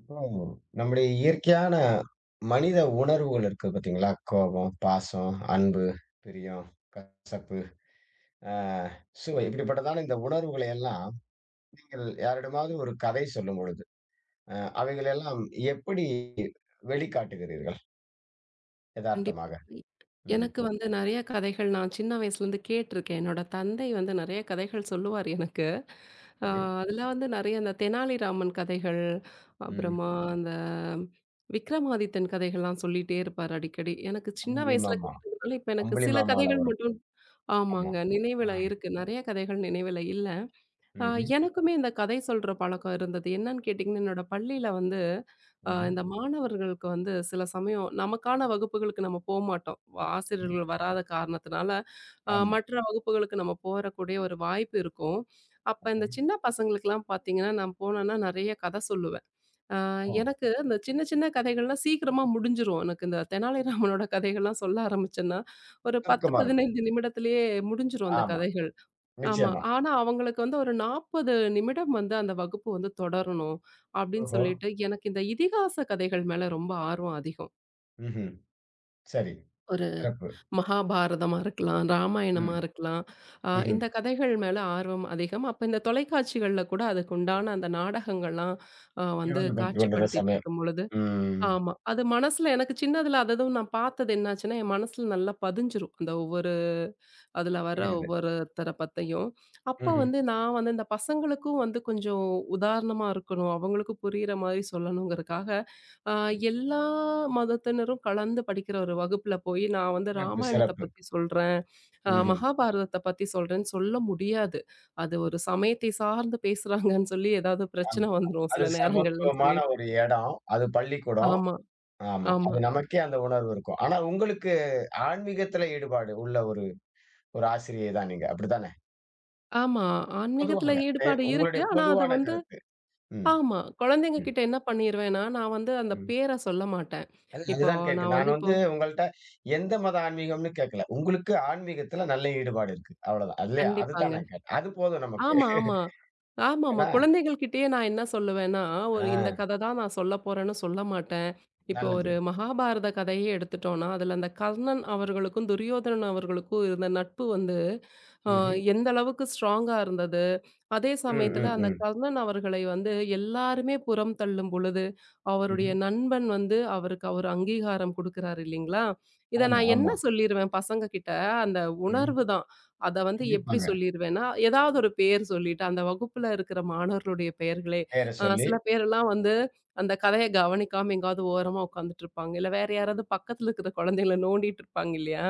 இப்போ நம்முடைய இயற்கையான மனித உணர்வுகள் இருக்கு பார்த்தீங்களா? கோபம், பாசம், அன்பு, பிரியம், கசப்பு, அ சுவை இப்படிப்பட்டதான இந்த உணர்வுகளை எல்லாம் நீங்கள் யாரிடமாவது ஒரு கதை சொல்லும் பொழுது, அ அவைகள் எல்லாம் எப்படி வெளிக்காட்டுகிறீர்கள்? கண்டிப்பா. எதார்த்தமாக. ம்ஹ்ம். எனக்கு வந்து நெறைய கதைகள் நான் சின்ன வயசுலேருந்து கேட்டிருக்கேன். என்னோட தந்தை வந்து நெறைய கதைகள் சொல்லுவார் எனக்கு. அ சரி. அதில வந்து நெறைய இந்த தெனாலிராமன் கதைகள், ம். அப்புறமா அந்த விக்ரமாதித்தன் கதைகள்லாம் சொல்லிட்டே இருப்பார் அடிக்கடி. எனக்கு சின்ன அம்புலி வயசுல மாமா. கேட்டதுனால, இப்ப எனக்கு அம்புலி சில மாமால கதைகள் வரும். மட்டும் ஆமா. ஆமாங்க. நினைவில ஆ. இருக்கு. நெறைய கதைகள் நினைவில இல்ல. ஆ, ம்ஹ்ம். எனக்குமே இந்த கதை சொல்ற பழக்கம் இருந்தது. என்னன்னு கேட்டீங்கன்னா, என்னோட பள்ளியில வந்து ம்ஹ்ம். இந்த மாணவர்களுக்கு வந்து சில சமயம் நமக்கான வகுப்புகளுக்கு நம்ம போமாட்டோம். ம். ஆசிரியர்கள் வராத காரணத்தினால, ஆமா. மற்ற வகுப்புகளுக்கு நம்ம போறக்கூடிய ஒரு வாய்ப்பு இருக்கும். அப்ப ஆஹா. இந்த சின்ன பசங்களுக்கெல்லாம் பார்த்தீங்கன்னா, நான் போனேன்னா நெறைய கதை சொல்லுவேன். அ ஓ! எனக்கு இந்த சின்ன சின்ன கதைகள்லாம் சீக்கிரமா முடிஞ்சிரும். எனக்கு இந்த தெனாலிராமனோட கதைகள்லாம் சொல்ல ஆரம்பிச்சேன்னா, ஒரு 10, சுருக்கமா இருக்கும். 15 நிமிடத்திலேயே முடிஞ்சிரும் அந்த ஆமா. கதைகள். ஆமா. நிச்சயமா. ஆனா, அவங்களுக்கு வந்து ஒரு 40 நிமிடம் வந்து அந்த வகுப்பு வந்து தொடரணும் அப்படின்னு ஓஹோ! சொல்லிட்டு, எனக்கு இந்த இதிகாச கதைகள் மேல ரொம்ப ஆர்வம் அதிகம். ம்ஹ்ம். சரி. ஒரு சிறப்பு. மகாபாரதமா இருக்கலாம், ராமாயணமா ம். இருக்கலாம். ம்ஹ்ம். இந்த கதைகள் மேல ஆர்வம் அதிகம். அப்ப இந்த தொலைக்காட்சிகள்ல கூட அதுக்கு உண்டான அந்த நாடகங்கள்லாம் வந்து இழிவுபட்டு கொண்டிருந்த காட்சிப்படுத்திட்டு சமயம். இருக்கும்பொழுது ம். ஆமா. அது மனசுல எனக்கு சின்னதுல அததும் நான் பார்த்தது என்னாச்சுன்னா, என் மனசுல நல்லா பதிஞ்சிரும். அந்த ஒவ்வொரு அதுல வர புரிகிறது. ஒவ்வொருத்தர பத்தியும். அப்ப ம்ஹ்ம். வந்து நான் வந்து இந்த பசங்களுக்கும் வந்து கொஞ்சம் உதாரணமா இருக்கணும். அவங்களுக்கும் புரியிற மாரி சொல்லணுங்கிறதுக்காக, அ எல்லா மதத்தினரும் கலந்து படிக்கிற ஒரு வகுப்புல போய் நான் வந்து சிறப்பு, ராமாயணத்த சிறப்பு. பத்தி சொல்றேன், ம்ஹ்ம். மகாபாரதத்த பத்தி சொல்றேன்னு சொல்ல முடியாது. அது ஒரு சமயத்தை சார்ந்து பேசுறாங்கன்னு சொல்லி ஏதாவது ஆமா. பிரச்சனை வந்துரும் அது சில நேரங்கள்லன்னு சமத்துவமான சொல்லிட்டு. ஒரு இடம். அது பள்ளிக்கூடம். ஆமா, ஆமா. ஆமா, அது நமக்கே அந்த உணர்வு இருக்கும். ஆனா உங்களுக்கு ஆன்மீகத்தில ஈடுபாடு உள்ள ஒரு ஒரு ஆசிரியை தான் நீங்க. அப்படித்தானே? ஆமா. பொதுவாக. ஆன்மீகத்துல ஈடுபாடு இருக்கு. உங்களுடைய ஆனா அத பொதுவான வந்து கருத்து. ம். ஆமா. குழந்தைங்க ம். கிட்ட என்ன பண்ணிருவேன்னா, நான் வந்து அந்த ம். பேர சொல்ல மாட்டேன். அது இப்போ அதுதான் கேட்கிறேன். நான் வந்து நான் இப்போ வந்து உங்கள்ட்ட எந்த மத ஆன்மீகம்னு கேட்கல. உங்களுக்கு ஆன்மீகத்தில நல்ல ஈடுபாடு இருக்கு. அவ்வளவுதான். இல்லையா? அதுதான் கண்டிப்பாங்க. நான் கேட்டேன். அது போதும் நமக்கு. ஆமா, ஆமா. ஆமாமா. ஏன்னா குழந்தைகள் கிட்டயே நான் என்ன சொல்லுவேன்னா, ஆ ஒரு இந்த கத தான் நான் சொல்ல போறேன்னு சொல்ல மாட்டேன். இப்போ நல்லது. ஒரு மகாபாரத கதையே எடுத்துட்டோம்னா, அதுல அந்த கர்ணன் அவர்களுக்கும், துரியோதனன் அவர்களுக்கும் இருந்த நட்பு வந்து, அ ம்ஹ்ம். எந்த அளவுக்கு ஸ்ட்ராங்கா இருந்தது. அதே ம், சமயத்துல ம், அந்த ம். கர்ணன் அவர்களை வந்து எல்லாருமே புறம் தள்ளும் பொழுது, அவருடைய ம்ஹ்ம். நண்பன் வந்து அவருக்கு ஒரு அங்கீகாரம் குடுக்குறாரு இல்லைங்களா? இத ஆமா, நான் என்ன ஆமா. சொல்லிருவேன் பசங்க கிட்ட, அந்த ம்ஹ்ம். உணர்வு தான். அத வந்து எப்படி கண்டிப்பாங்க. சொல்லிருவேன்னா, ஏதாவது ஒரு பெயர் சொல்லிட்டு, அந்த வகுப்புல இருக்கிற மாணவர்களுடைய பெயர்களே, பேர சொல்லி, சில பேரெல்லாம் வந்து அந்த கதைய கவனிக்காம எங்கேயாவது ஓரமா உட்காந்துட்டு இருப்பாங்க. இல்ல வேற யாராவது பக்கத்துல இருக்கிற குழந்தைகள நோண்டிட்டு இருப்பாங்க இல்லையா?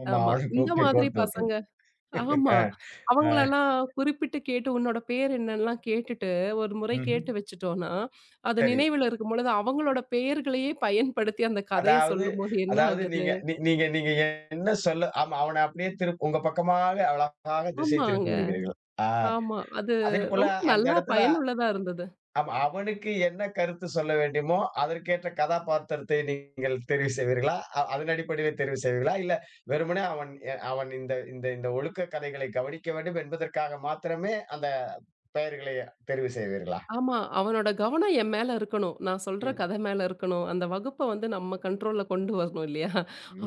ஆமா ஆமா. அவனையும் இந்த கூப்பிட்டு மாதிரி கோர்த்து பசங்க விட்டுரும். ஆமா. ஆ, ஆ. அவங்களலாம் குறிப்பிட்டு கேட்டு, உன்னோட பேர் என்னன்லாம் கேட்டுட்டு, ஒரு முறை ம்ஹ்ம். கேட்டு வச்சுட்டோம்னா, அது சரி. நினைவுல இருக்கும்பொழுது, அவங்களோட பெயர்களையே பயன்படுத்தி அந்த கதைய அதாவது சொல்லும்போது என்ன அதாவது ஆகுது நீங்க நீ நீங்க நீங்க என்ன சொல்ல ஆமா அவன அப்படியே உங்க பக்கமாக அழகாக திசை திருப்பி ஆமாங்க. விடுகிறீர்கள். ஆ. ஆமா. அது அதேபோல ரொம்ப அந்த நல்லா இடத்துல பயனுள்ளதா இருந்தது. ஆமா, அவனுக்கு என்ன கருத்து சொல்ல வேண்டுமோ, அதற்கேற்ற கதாபாத்திரத்தை நீங்கள் தெரிவு செய்வீர்களா? அதன் அடிப்படையிலே தெரிவு செய்வீர்களா? இல்ல வெறுமனே அவன் அவன் இந்த இந்த இந்த ஒழுக்க கதைகளை கவனிக்க வேண்டும் என்பதற்காக மாத்திரமே அந்த பெயர்களை தெரிவு செய்வீர்களா? ஆமா. அவனோட கவனம் என் மேல இருக்கணும். நான் சொல்ற ம். கதை மேல இருக்கணும். அந்த வகுப்ப வந்து நம்ம கண்ட்ரோல்ல கொண்டு வரணும் இல்லையா?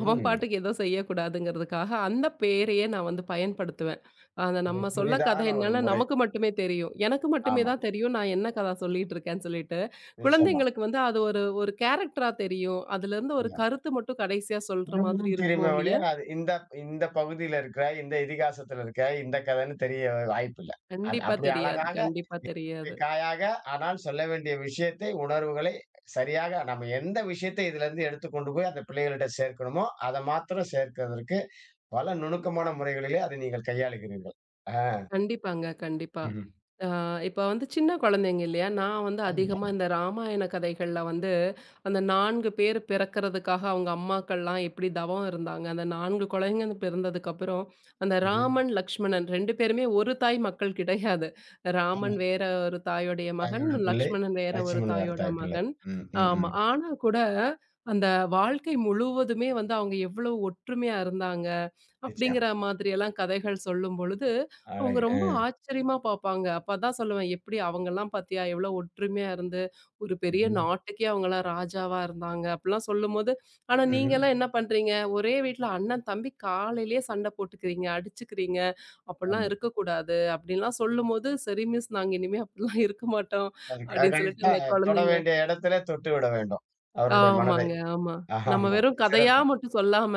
அவன் பாட்டுக்கு ஏதோ செய்யக்கூடாதுங்கிறதுக்காக, அந்த பேரையே நான் வந்து பயன்படுத்துவேன். அந்த இது நம்ம சொல்ல புதிதான கதை ஒரு என்னன்னு முறை. நமக்கு மட்டுமே தெரியும். எனக்கு மட்டுமே ஆமா, தான் தெரியும் நான் என்ன கதை சொல்லிட்டு இருக்கேன்னு சொல்லிட்டு. நிச்சயமா. குழந்தைங்களுக்கு வந்து அது ஒரு ஒரு கேரக்டரா தெரியும். அதுலருந்து ஒரு ம். கருத்து மட்டும் கடைசியா சொல்ற மாதிரி முழுதும் இருக்குமோ தெரியுமே ஒழிய, ஒழிய, அது இந்த இந்த பகுதியில இருக்கிற, இந்த இதிகாசத்துல இருக்கிற, இந்த கதைன்னு தெரிய வாய்ப்பில்ல. அது கண்டிப்பா அப்படி தெரியாது, அழகாக கண்டிப்பா தெரியாது. காயாக ஆனால் சொல்ல வேண்டிய விஷயத்தை உணர்வுகளை சரியாக நம்ம எந்த விஷயத்தை இதுல இருந்து எடுத்துக்கொண்டு போய் அந்த பிள்ளைகள்கிட்ட சேர்க்கணுமோ அதை மாத்திரம் சேர்க்கிறதற்கு பல நுணுக்கமான முறைகளிலே அதை நீங்கள் கையாளுகிறீர்கள் அஹ் கண்டிப்பாங்க, கண்டிப்பா. ம்ஹும். ஆ இப்ப வந்து சின்ன குழந்தைங்க இல்லையா? நான் வந்து ஆமா. அதிகமா இந்த ராமாயண கதைகள்ல வந்து, அந்த 4 பேர் பிறக்கிறதுக்காக அவங்க அம்மாக்கள்லாம் எப்படி தவம் இருந்தாங்க. அந்த 4 குழந்தைங்க பிறந்ததுக்கப்புறம், அந்த ம்ஹும். ராமன், லக்ஷ்மணன் 2 பேருமே ஒரு தாய் மக்கள் கிடையாது. ஆமா. ராமன் வேற ஒரு தாயோடைய மகன், தாயோட பிள்ளை லக்ஷ்மணன் வேற ஒரு லட்சுமண் வேற தாயோட தாய் பிள்ளை மகன். ம், ம், ஆமா. ம். ஆனா கூட அந்த வாழ்க்கை முழுவதுமே வந்து அவங்க எவ்வளவு ஒற்றுமையா இருந்தாங்க, நிச்சயம் அப்படிங்கிற மாதிரியெல்லாம் கதைகள் சொல்லும்பொழுது அவங்க அழகு ரொம்ப ஆச்சரியமா பார்ப்பாங்க. அப்ப அதான் சொல்லுவேன், "எப்படி அவங்கலாம் பார்த்தியா எவ்வளோ ஒற்றுமையா இருந்து, ஒரு பெரிய ம்ஹும். நாட்டுக்கே அவங்கலாம் ராஜாவா இருந்தாங்க." அப்படிலாம் சொல்லும்போது, "ஆனா ம்ஹும். நீங்கலாம் என்ன பண்றீங்க? ஒரே வீட்ல அண்ணன், தம்பி காலையிலேயே சண்டை போட்டுக்கிறீங்க, அடிச்சுக்கிறீங்க. அப்படிலாம் ஆமா. இருக்கக்கூடாது." அப்படின்லாம் சொல்லும்போது, "சரி மிஸ், நாங்க இனிமே அப்படிலாம் இருக்க மாட்டோம்." அதுக்கு அது அப்படின்னு சொல்லிட்டு கண்டிப்பா அந்த தொட குழந்தைங்க வேண்டிய இடத்துல தொட்டு விட வேண்டும் அவருடைய மனதை ஆமாங்க, ஆமா. நம்ம ஆமா வெறும் கதையா சிறப்பு மட்டும் சொல்லாம,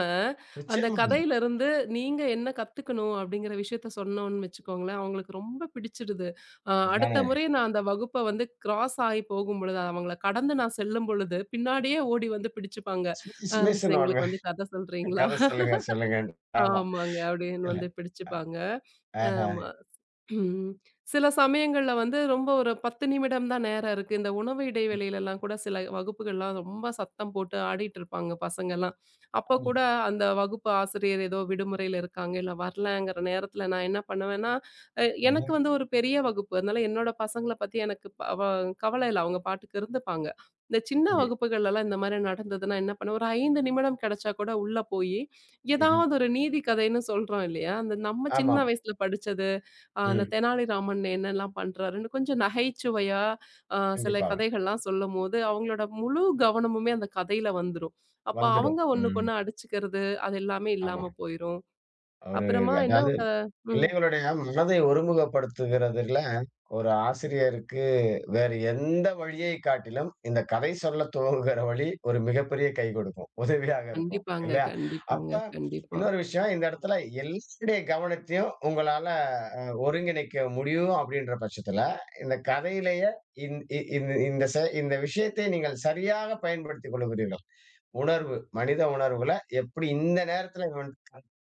அந்த நிச்சயம் கதையிலருந்து நீங்க என்ன கத்துக்கணும் அப்படிங்கிற விஷயத்த சொன்னோம்னு வச்சுக்கோங்களேன், அவங்களுக்கு ரொம்ப பிடிச்சிடுது. இதுதானே அடுத்த முறை நான் அந்த வகுப்ப வந்து கிராஸ் ஆயி போகும்பொழுது, அவங்கள கடந்து நான் செல்லும்பொழுது, பின்னாடியே ஓடி வந்து பிடிச்சுப்பாங்க. "அ மிஸ் ஸ்மிஸ்னுவாங்க எங்களுக்கு வந்து கதை சொல்றீங்களா?" கத சொல்லுங்க, சொல்லுங்க. ஆமா. ஆமாங்க. அப்படின்னு இல்ல. வந்து அ பிடிச்சுப்பாங்க. ஆஹா. ஆமா. ம். சில சமயங்கள்ல வந்து ரொம்ப ஒரு 10 நிமிடம் தான் நேரம் இருக்கு. இந்த உணவு ம். இடைவெளியிலலாம் கூட சில வகுப்புகள்லாம் ரொம்ப சத்தம் போட்டு ஆடிட்டு இருப்பாங்க பசங்கலாம். அப்ப ஆமா. கூட அந்த வகுப்பு ஆசிரியர் ஏதோ விடுமுறையில இருக்காங்க, இல்ல வரலங்கிற நேரத்துல நான் என்ன பண்ணுவேன்னா, அ ஆஹா. எனக்கு வந்து ஒரு பெரிய வகுப்பு. அதனால என்னோட பசங்கள பத்தி எனக்கு ப வ கவலை இல்ல. அவங்க பாட்டுக்கு இருந்துப்பாங்க. இந்த சின்ன சரி. வகுப்புகள்லலாம் இந்த மாரி நடந்ததுன்னா என்ன பண்ணுவேன், ஒரு 5 நிமிடம் கிடைச்சா கூட உள்ள போயி, ம்ஹ்ம். ஏதாவது ஒரு நீதி கதைன்னு சொல்றோம் இல்லையா? அந்த நம்ம சின்ன ஆமாம். வயசுல படிச்சது. அந்த ம். தெனாலிராமன் என்னெல்லாம் பண்றாருன்னு கொஞ்சம் நகைச்சுவையா, அ சில கண்டிப்பாக. கதைகள்லாம் சொல்லும்போது, அவங்களோட முழு கவனமுமே அந்த கதையில வந்துரும். அப்ப வந்துடும். அவங்க ம். ஒண்ணுக்கொண்ணு அடிச்சுக்கிறது, அது எல்லாமே ஆமா. இல்லாம போயிரும். ஒரு அப்புறமா என்ன அதாவது அ ம். பிள்ளைகளுடைய மனதை ஒருமுகப்படுத்துகிறதுல ஒரு ஆசிரியருக்கு வேறு எந்த வழியை காட்டிலும் இந்த கதை சொல்ல துவங்குகிற வழி ஒரு மிகப்பெரிய கை கொடுக்கும். உதவியாக இருக்கும். கண்டிப்பாங்க, இல்லையா? அப்ப கண்டிப்பாங்க, கண்டிப்பா. இன்னொரு விஷயம் இந்த இடத்துல எல்லாருடைய கவனத்தையும் உங்களால ஒருங்கிணைக்க முடியும் அப்படின்ற பட்சத்துல, இந்த கதையிலேயே இந் இ இந்த இந்த செ இந்த விஷயத்தை நீங்கள் சரியாக பயன்படுத்திக் கொள்கிறீர்கள். உணர்வு, மனித உணர்வுல எப்படி இந்த நேரத்துல இவன்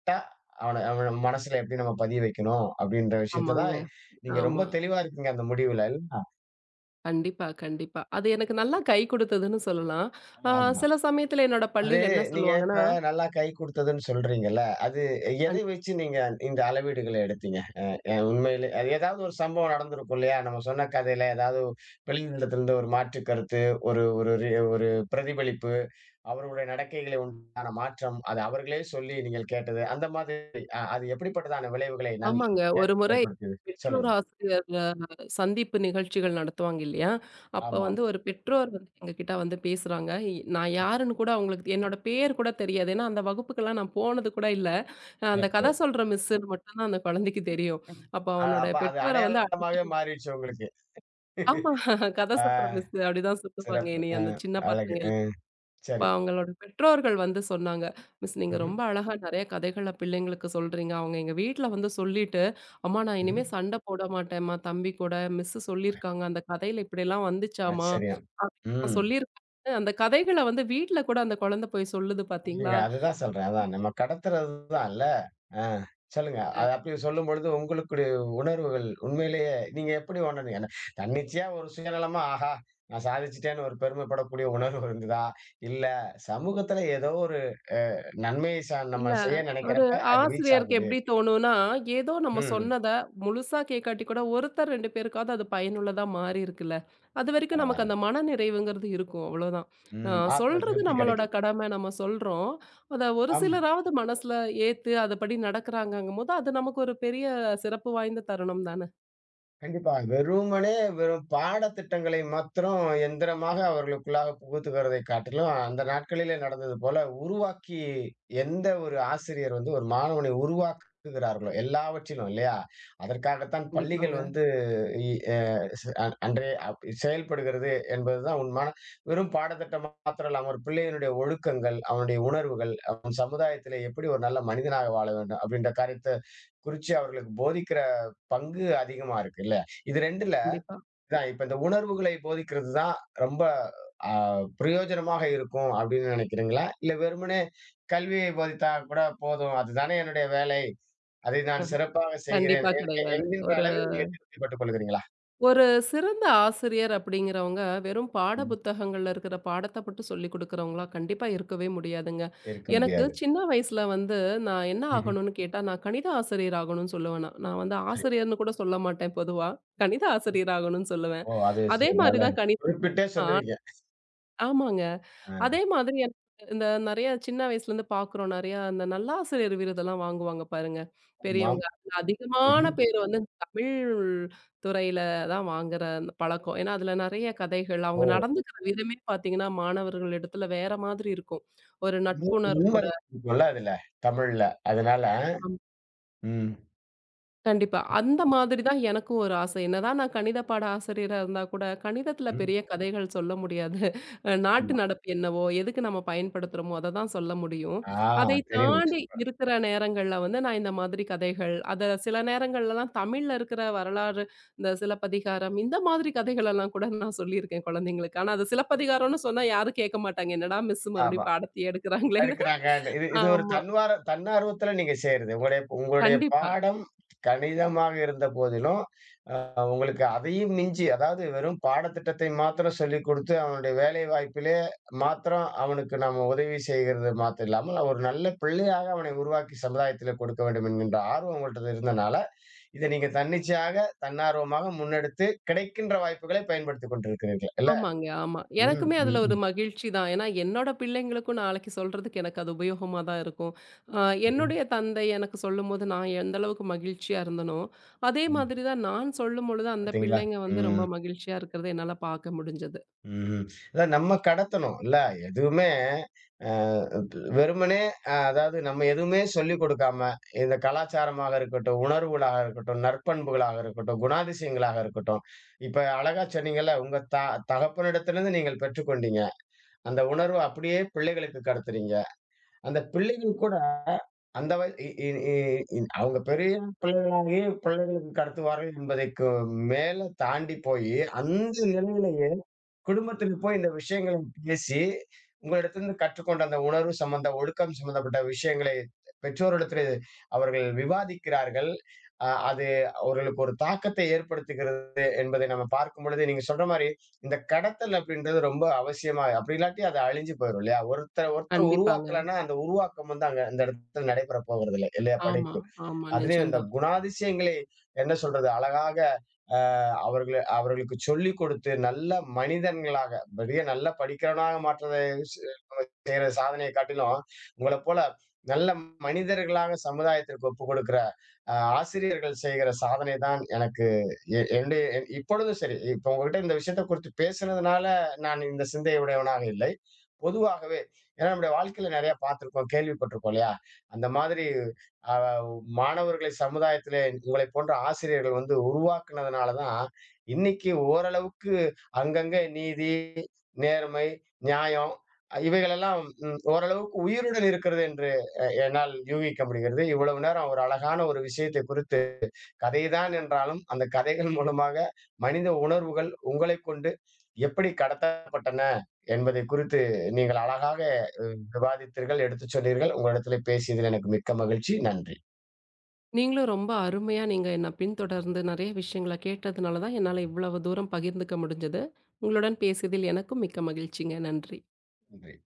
கரெக்ட்டா அவன அவன மனசுல எப்படி நம்ம பதிய வைக்கணும் அப்படின்ற விஷயத்த ஆமாங்க. தான் நீங்க ரொம்ப ஆமா. தெளிவா இருக்கீங்க அந்த முடிவுல இல்ல? கண்டிப்பா, கண்டிப்பா. அது எனக்கு நல்லா கை குடுத்ததுன்னு சொல்லலாம். ஆமா. அ அதுதான். சில சமயத்துல என்னோட அது பள்ளியில என்ன நீங்க சொல்லுவாங்கன்னா இப்ப நல்லா கை குடுத்ததுன்னு சொல்றீங்கல்ல, அது எதை வச்சு நீங்க இந்த அளவீடுகள எடுத்தீங்க? அ அ உண்மையிலே அது ஏதாவது ஒரு சம்பவம் நடந்திருக்கும் இல்லையா? நம்ம சொன்ன கதையில ஏதாவது வெளியிடத்திலிருந்து ஒரு மாற்று கருத்து, ஒரு ஒரு ரி ஒரு பிரதிபலிப்பு, அவர்களுடைய நடக்கைகளை உண்டான மாற்றம், அது அவர்களே சொல்லி நீங்கள் கேட்டது, அந்த மாதிரி அது எப்படிப்பட்டதான விளைவுகளை நன் ஆமாங்க. ஒரு ஏற் முறை ஏற்படுத்தியது? பெற்றோர் சொல்லுங்க. ஆசிரியர் சந்திப்பு நிகழ்ச்சிகள் நடத்துவாங்க இல்லையா? அப்ப ஆமா. வந்து ஒரு பெற்றோர் வந்து எங்ககிட்ட வந்து பேசுறாங்க. நான் யாருன்னு கூட அவங்களுக்கு என்னோட பேர் கூட தெரியாது. ஏன்னா, அந்த வகுப்புக்கெல்லாம் நான் போனது கூட இல்ல. அந்த சிறப்பு. கதை சொல்ற மிஸ்ஸுன்னு மட்டும் தான் அந்த குழந்தைக்கு தெரியும். ம். அப்ப அவனோட அப்ப அது பெற்றோர வந்து அடையாளமாவே அடிச்சுட்டு மாறிடுச்சு உங்களுக்கு. ஆமா. கதை சொல்ற ஆ மிஸ்ஸு அப்படிதான் சொல்லுவாங்க சிறப்பு. என்னைய அந்த சின்ன அழகு. பசங்க எல்லாரும். அப்ப சரி. அவங்களோட பெற்றோர்கள் வந்து சொன்னாங்க, "மிஸ் நீங்க ம்ஹ்ம். ரொம்ப அழகா நெறைய கதைகள பிள்ளைங்களுக்கு சொல்றீங்க." அவங்க எங்க வீட்ல வந்து சொல்லிட்டு, "அம்மா நான் ம்ஹ்ம். இனிமே சண்டை போட மாட்டேன்ம்மா தம்பி கூட. மிஸ்ஸு சொல்லியிருக்காங்க. அந்த கதையில இப்படிலாம் வந்துச்சாம்மா." ஆச்சரியம். அப்டிலாம் ம். சொல்லியிருக்காங்க. அந்த கதைகள வந்து வீட்ல கூட அந்த குழந்தை போய் சொல்லுது நீங்க பார்த்தீங்களா? அதுதான் சொல்றேன். அதான் நம்ம கடத்துறது தான் இல்ல. ஆ சொல்லுங்க. அது அப்படி சொல்லும்பொழுது உங்களுக்குடைய உணர்வுகள் உண்மையிலேயே நீங்க எப்படி உணர்ந்தீங்க? என்ன தன்னிச்சையா ஒரு சுயநலமா, ஆஹா! நான் சாதிச்சுட்டேன்னு ஒரு பெருமைப்படக்கூடிய உணர்வு இருந்ததா? இல்ல சமூகத்துல ஏதோ ஒரு அ நன்மையை நம்ம இல்ல. செய்ய ஒரு நினைக்கிறப்ப அது ரீச் ஆசிரியருக்கு ஆகுது. எப்படி தோணும்னா, ஏதோ நம்ம ம். சொன்னத முழுசா கேக்காட்டி கூட ஒருத்தர் 2 பேருக்காவது அது பயனுள்ளதா மாறியிருக்குல்ல. அதுவரைக்கும் நமக்கு பரவால்ல. அந்த மனநிறைவுங்கிறது இருக்கும். அவ்வளோதான். அ ம். ஆத்ம சொல்றது திருப்தி நம்மளோட கிடைக்குது. கடமை. நம்ம சொல்றோம். அத ஒரு ஆமா. சிலராவது மனசுல ஏத்து அதுபடி நடக்கிறாங்கங்கும்போது, அது நமக்கு ஒரு பெரிய சிறப்பு வாய்ந்த தருணம் தானே. கண்டிப்பா. வெறுமனே வெறும் பாடத்திட்டங்களை மாத்திரம் எந்திரமாக அவர்களுக்குள்ளாக புகுத்துகிறதை காட்டிலும், அந்த நாட்களிலே நடந்தது போல உருவாக்கி எந்த ஒரு ஆசிரியர் வந்து ஒரு மாணவனை உருவாக்குகிறார்களோ, எல்லாவற்றிலும் இல்லையா? அதற்காகத்தான் பள்ளிகள் கண்டிப்பாங்க. வந்து இ அ ச அ அன்றே செயல்படுகிறது என்பதுதான் உண்மையான வெறும் பாடத்திட்டம் மாத்திரம் இல்லாம, ஒரு பிள்ளையினுடைய ஒழுக்கங்கள், அவனுடைய உணர்வுகள், அவன் சமுதாயத்திலே எப்படி ஒரு நல்ல மனிதனாக வாழ வேண்டும் அப்படின்ற காரியத்த குறிச்சு அவர்களுக்கு போதிக்கிற பங்கு அதிகமா இருக்கு இல்ல? இது 2ல கண்டிப்பா. தான் இப்ப இந்த உணர்வுகளை போதிக்கிறது தான் ரொம்ப அ பிரயோஜனமாக இருக்கும் அப்படின்னு நினைக்கிறீங்களா? இல்ல வெறுமனே கல்வியை போதித்தா கூட போதும். அதுதானே என்னுடைய வேலை. அதை நான் சிறப்பாக செய்கிறேன் கண்டிப்பா எ எ கிடையாது. என்கின்ற ஒரு அளவில் நீங்க திருப்திப்பட்டுக் கொள்கிறீங்களா? ஒரு சிறந்த ஆசிரியர் அப்படிங்கிறவங்க வெறும் பாட புத்தகங்கள்ல இருக்கிற பாடத்தை மட்டும் சொல்லி கொடுக்குறவங்களா கண்டிப்பா இருக்கவே முடியாதுங்க. இருக்க எனக்கு முடியாது. சின்ன வயசுல வந்து நான் என்ன ம்ஹ்ம். ஆகணும்னு கேட்டா, நான் கணித ஆசிரியர் ஆகணும்னு சொல்லுவேன் நான். நான் வந்து சரி. ஆசிரியர்ன்னு கூட சொல்ல மாட்டேன் பொதுவா. கணித ஆசிரியர் ஆகணும்னு சொல்லுவேன். ஓ! அது அதே மாரி நல்லா தான் கணிதம் குறிப்பிட்டே ஆ சொன்னீங்க. ஆமாங்க. ஆ. அதே மாதிரி எனக்கு இந்த நெறைய சின்ன வயசுலேருந்து பார்க்குறோம். நெறையா அந்த நல்லாசிரியர் விருதெல்லாம் வாங்குவாங்க பாருங்க. ஆமா. பெரியவங்க. அதுல அதிகமான ம்ஹ்ம். பேர் வந்து இந்த தமிழ் துறையில தான் வாங்குற அந்த பழக்கம். ஏன்னா, அதுல நெறைய கதைகள், அவங்க ஓ! நடந்துக்கிற விதமே பார்த்தீங்கன்னா, மாணவர்கள் இடத்துல வேற மாதிரி இருக்கும். ஒரு இ நட்புணர்வோட இன்வரை இருக்கும்ல அதுல, தமிழ்ல. அதனால ம். கண்டிப்பா. அந்த மாதிரி தான் எனக்கும் ஒரு ஆசை. என்னதான் நான் கணித பாட ஆசிரியரா இருந்தா கூட, கணிதத்துல ம். பெரிய கதைகள் சொல்ல முடியாது. நாட்டு ஆமா. நடப்பு என்னவோ, எதுக்கு நம்ம பயன்படுத்துறோமோ, அத தான் சொல்ல முடியும். ஆ அதை தெரியும். தாண்டி சூப்பர். இருக்கிற நேரங்கள்ல வந்து நான் இந்த மாதிரி கதைகள், அத சில நேரங்கள்லலாம் தமிழ்ல இருக்கிற வரலாறு, இந்த சிலப்பதிகாரம் இந்த மாதிரி கதைகளெல்லாம் கூட நான் சொல்லியிருக்கேன் குழந்தைங்களுக்கு. ஆனா அது சிலப்பதிகாரம்னு சொன்னா யாரும் கேட்க மாட்டாங்க. என்னடா மிஸ் ஆமா. மறுபடியும் பாடத்தையே எடுக்குறாங்களேன்னு. எடுக்குறாங்க. இது இது ஒரு ஆமா. தன்னார்வத்துல நீங்க செய்றது. உங்களுடைய உங்களுடைய கண்டிப்பா. பாடம் கணிதமாக இருந்த போதிலும், அ உங்களுக்கு அதையும் மிஞ்சி, அதாவது வெறும் பாடத்திட்டத்தை மாத்திரம் சொல்லிக் குடுத்து, அவனுடைய வேலை வாய்ப்பிலே மாத்திரம் அவனுக்கு நாம உதவி செய்கிறது மாத்திரம் இல்லாமல், ஒரு நல்ல பிள்ளையாக அவனை உருவாக்கி சமுதாயத்திலே கொடுக்க வேண்டும் என்கின்ற ஆர்வம் உங்கள்ட்ட இருந்தனால, இத நீங்க தன்னிச்சையாக, தன்னார்வமாக முன்னெடுத்து கிடைக்கின்ற வாய்ப்புகளை பயன்படுத்திக் கொண்டிருக்கிறீர்கள். இல்ல? ஆமாங்க, ஆமா. ம், எனக்குமே ம், அதுல ஒரு ம், மகிழ்ச்சி தான். ஏன்னா, என்னோட பிள்ளைங்களுக்கும் நாளைக்கு சொல்றதுக்கு எனக்கு அது உபயோகமா தான் இருக்கும். அ ம், என்னுடைய தந்தை எனக்கு சொல்லும்போது நான் எந்த அளவுக்கு மகிழ்ச்சியா இருந்தனோ, அதே ம். மாதிரி தான் நான் சொல்லும்பொழுது அந்த பாத்தீங்களா? பிள்ளைங்க வந்து ம். ரொம்ப மகிழ்ச்சியா இருக்கிறத என்னால பார்க்க முடிஞ்சது. ம்ஹ்ம். இல்ல நம்ம கடத்தணும். இல்ல எதுவுமே அ ப் வெறுமனே அதாவது நம்ம எதுவுமே சொல்லிக் கொடுக்காம, இந்த கலாச்சாரமாக இருக்கட்டும், உணர்வுகளாக இருக்கட்டும், நற்பண்புகளாக இருக்கட்டும், குணாதிசயங்களாக இருக்கட்டும். இப்ப அழகா சொன்னீங்கல்ல, உங்க த தகப்பனிடத்திலிருந்து நீங்கள் பெற்றுக்கொண்டீங்க. அந்த உணர்வ அப்படியே பிள்ளைகளுக்கு கடத்துறீங்க. அந்த பிள்ளைகள் கூட அந்த வய இ இ இ இன் அவங்க பெரிய பிள்ளைகளாகி பிள்ளைகளுக்கு கடத்துவார்கள் என்பதைக்கு மேல தாண்டி போயி, அந்த நிலையிலேயே குடும்பத்துக்கு போய் இந்த விஷயங்களை பேசி, உங்களிடத்திலிருந்து கற்றுக்கொண்ட அந்த உணர்வு சம்பந்த ஒழுக்கம் சம்பந்தப்பட்ட விஷயங்களை பெற்றோரிடத்திலே அவர்கள் விவாதிக்கிறார்கள். அது அவர்களுக்கு ஒரு தாக்கத்தை ஏற்படுத்துகிறது என்பதை நம்ம பார்க்கும்பொழுது, நீங்க சொல்ற மாரி, இந்த கடத்தல் அப்படின்றது ரொம்ப அவசியமா அப்படி இல்லாட்டி அது அழிஞ்சு போயிரும் இல்லையா? ஒருத்தர் ஒருத்தர் கண்டிப்பாங்க. உருவாக்கலன்னா, அந்த உருவாக்கம் வந்து அங்க அந்த இடத்துல நடைபெற போவதில்லை இல்லையா? ஆமா, படைப்பு. ஆமா. அதிலேயும் இந்த நிஜம்தான். குணாதிசயங்களை என்ன சொல்றது? அழகாக அ அவர்களுக்கு சொல்லிக் கொடுத்து, நல்ல மனிதன்களாக, பெரிய நல்ல படிக்கிறவனாக மாற்றத ஸ் நம்ம செய்ற சாதனைய காட்டிலும், உங்களப் போல நல்ல மனிதர்களாக சமுதாயத்திற்கு ஒப்புக் கொடுக்கிற ஆசிரியர்கள் செய்கிற சாதனை தான் எனக்கு இப்பொழுதும் சரி, இப்ப உங்ககிட்ட இந்த விஷயத்த குறித்து பேசுனதுனால நான் இந்த சிந்தை உடையவனாக இல்லை. பொதுவாகவே ஏன்னா நம்முடைய வாழ்க்கையில நெறைய பார்த்திருக்கோம், கேள்விப்பட்டிருக்கோம் இல்லையா? அந்த மாதிரி அ மாணவர்களை சமுதாயத்திலே உங்களை போன்ற ஆசிரியர்கள் வந்து உருவாக்குனதுனால தான், இன்னைக்கு ஓரளவுக்கு அங்கங்க நீதி, நேர்மை, நியாயம் இவைகளெல்லாம் ஓரளவுக்கு உயிருடன் இருக்கிறது என்று என்னால் யூகிக்க முடிகிறது. இவ்வளவு நேரம் ஒரு அழகான ஒரு விஷயத்தை குறித்து கதை தான் என்றாலும், அந்த கதைகள் மூலமாக மனித உணர்வுகள் உங்களைக் கொண்டு எப்படி கடத்தப்பட்டன என்பதை குறித்து நீங்கள் அழகாக அ விவாதித்தீர்கள், எடுத்துச் சொன்னீர்கள். உங்களிடத்திலே பேசியதில் எனக்கு மிக்க மகிழ்ச்சி. நன்றி. நீங்களும் ரொம்ப அருமையா நீங்க என்ன பின்தொடர்ந்து நெறைய விஷயங்கள கேட்டதுனால தான் என்னால இவ்வளவு தூரம் பகிர்ந்துக்க முடிஞ்சது. உங்களுடன் பேசியதில் எனக்கும் மிக்க மகிழ்ச்சிங்க. நன்றி. நன்றி.